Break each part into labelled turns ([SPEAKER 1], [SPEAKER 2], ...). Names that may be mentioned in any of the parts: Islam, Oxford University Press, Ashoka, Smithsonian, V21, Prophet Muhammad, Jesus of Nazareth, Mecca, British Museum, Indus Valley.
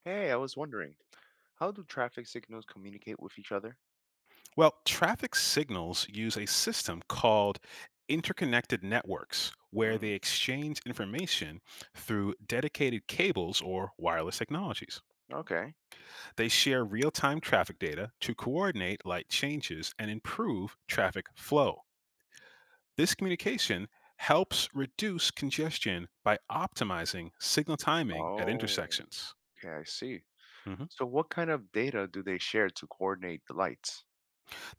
[SPEAKER 1] Hey, I was wondering, how do traffic signals communicate with each other?
[SPEAKER 2] Well, traffic signals use a system called interconnected networks where they
[SPEAKER 1] Mm,
[SPEAKER 2] exchange information through dedicated cables or wireless technologies.
[SPEAKER 1] okay.
[SPEAKER 2] They share real time traffic data to coordinate light changes and improve traffic flow. This communication helps reduce congestion by optimizing signal timing at
[SPEAKER 1] Oh,
[SPEAKER 2] intersections.
[SPEAKER 1] okay, I see.
[SPEAKER 2] Mm-hmm.
[SPEAKER 1] So, what kind of data do they share to coordinate the lights?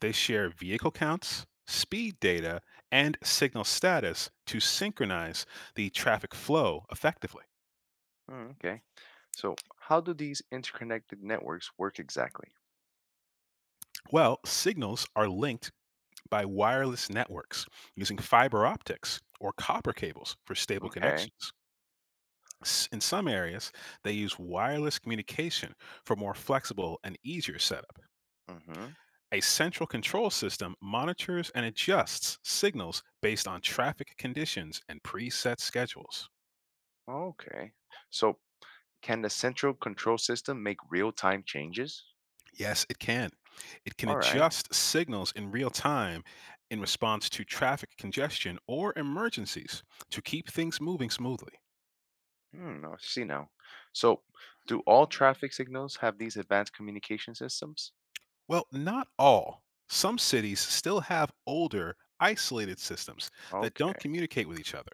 [SPEAKER 2] They share vehicle counts, speed data, and signal status to synchronize the traffic flow effectively.
[SPEAKER 1] Mm, okay. So, how do these interconnected networks work exactly?
[SPEAKER 2] Well, signals are linked by wireless networks using fiber optics or copper cables for stable
[SPEAKER 1] Okay.
[SPEAKER 2] connections. In some areas, they use wireless communication for more flexible and easier setup.
[SPEAKER 1] Mm-hmm.
[SPEAKER 2] A central control system monitors and adjusts signals based on traffic conditions and preset schedules.
[SPEAKER 1] Okay. So, can the central control system make real-time changes?
[SPEAKER 2] Yes, it can. It can
[SPEAKER 1] All right.
[SPEAKER 2] adjust signals in real time in response to traffic congestion or emergencies to keep things moving smoothly.
[SPEAKER 1] Hmm, I see now. So, do all traffic signals have these advanced communication systems?
[SPEAKER 2] Well, not all. Some cities still have older, isolated systems that don't
[SPEAKER 1] Okay.
[SPEAKER 2] communicate with each other.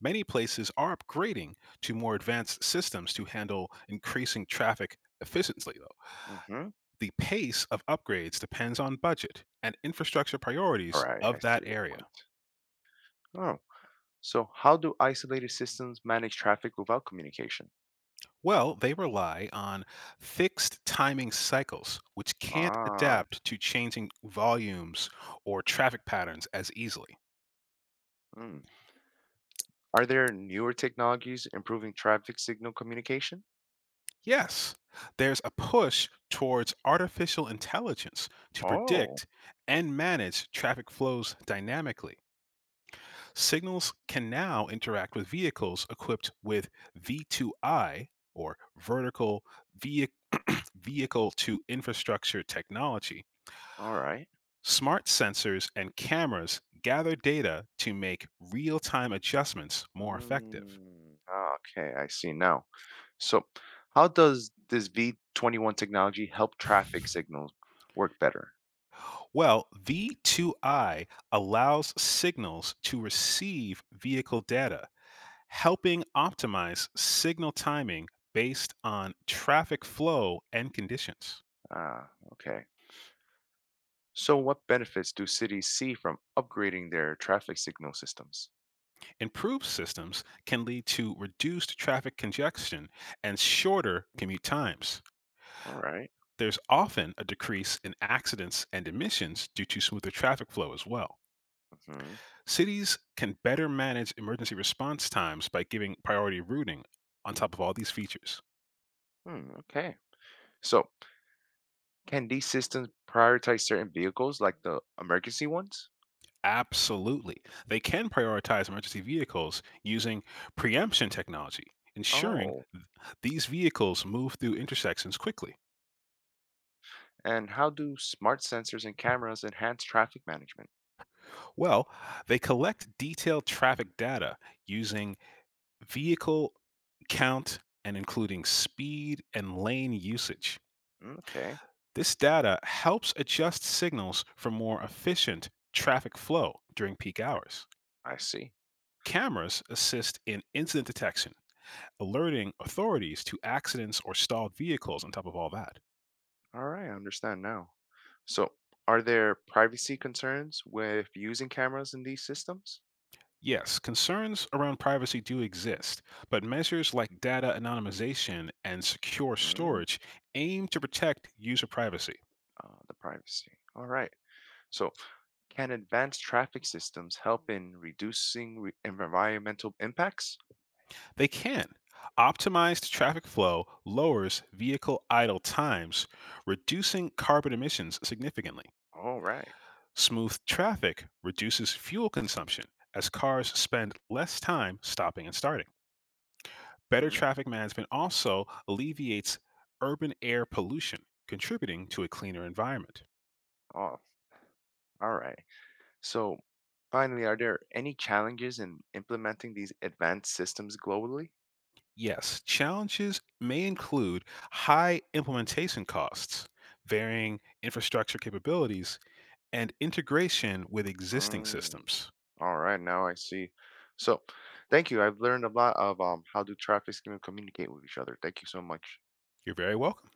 [SPEAKER 2] Many places are upgrading to more advanced systems to handle increasing traffic efficiently, though.
[SPEAKER 1] Mm-hmm.
[SPEAKER 2] The pace of upgrades depends on budget and infrastructure
[SPEAKER 1] All
[SPEAKER 2] priorities
[SPEAKER 1] right, I
[SPEAKER 2] of
[SPEAKER 1] see
[SPEAKER 2] that
[SPEAKER 1] the point.
[SPEAKER 2] area.
[SPEAKER 1] Oh, so how do isolated systems manage traffic without communication?
[SPEAKER 2] Well, they rely on fixed timing cycles, which can't
[SPEAKER 1] Ah,
[SPEAKER 2] adapt to changing volumes or traffic patterns as easily.
[SPEAKER 1] hmm. Are there newer technologies improving traffic signal communication?
[SPEAKER 2] Yes, there's a push towards artificial intelligence to
[SPEAKER 1] Oh,
[SPEAKER 2] predict and manage traffic flows dynamically. Signals can now interact with vehicles equipped with V2I, or vertical vehicle vehicle to infrastructure technology.
[SPEAKER 1] all right.
[SPEAKER 2] Smart sensors and cameras gather data to make real time adjustments more effective.
[SPEAKER 1] Mm, ah, okay, I see now. So, how does this V21 technology help traffic signals work better?
[SPEAKER 2] Well, V2I allows signals to receive vehicle data, helping optimize signal timing based on traffic flow and conditions.
[SPEAKER 1] Ah, okay. So, what benefits do cities see from upgrading their traffic signal systems?
[SPEAKER 2] Improved systems can lead to reduced traffic congestion and shorter commute times.
[SPEAKER 1] All right.
[SPEAKER 2] There's often a decrease in accidents and emissions due to smoother traffic flow as well.
[SPEAKER 1] Mhm.
[SPEAKER 2] Cities can better manage emergency response times by giving priority routing on top of all these features.
[SPEAKER 1] Hmm, okay. So, can these systems prioritize certain vehicles like the emergency ones?
[SPEAKER 2] Absolutely. They can prioritize emergency vehicles using preemption technology, ensuring
[SPEAKER 1] Oh,
[SPEAKER 2] these vehicles move through intersections quickly.
[SPEAKER 1] and how do smart sensors and cameras enhance traffic management?
[SPEAKER 2] Well, they collect detailed traffic data using vehicle count and including speed and lane usage.
[SPEAKER 1] Okay,
[SPEAKER 2] This data helps adjust signals for more efficient traffic flow during peak hours.
[SPEAKER 1] I see.
[SPEAKER 2] Cameras assist in incident detection, alerting authorities to accidents or stalled vehicles, on top of all that.
[SPEAKER 1] All right, I understand now. So, are there privacy concerns with using cameras in these systems?
[SPEAKER 2] Yes, concerns around privacy do exist, but measures like data anonymization and secure
[SPEAKER 1] Mm,
[SPEAKER 2] storage aim to protect user privacy.
[SPEAKER 1] the privacy. All right. So, can advanced traffic systems help in reducing environmental impacts?
[SPEAKER 2] They can. Optimized traffic flow lowers vehicle idle times, reducing carbon emissions significantly.
[SPEAKER 1] All right.
[SPEAKER 2] Smooth traffic reduces fuel consumption as cars spend less time stopping and starting. Better
[SPEAKER 1] Mm,
[SPEAKER 2] traffic management also alleviates urban air pollution, contributing to a cleaner environment.
[SPEAKER 1] oh, all right. So, finally, are there any challenges in implementing these advanced systems globally?
[SPEAKER 2] Yes, challenges may include high implementation costs, varying infrastructure capabilities, and integration with existing
[SPEAKER 1] Mm,
[SPEAKER 2] systems.
[SPEAKER 1] all right, now I see. So, thank you. I've learned a lot of how do traffic schemes communicate with each other. Thank you so much.
[SPEAKER 2] You're very welcome.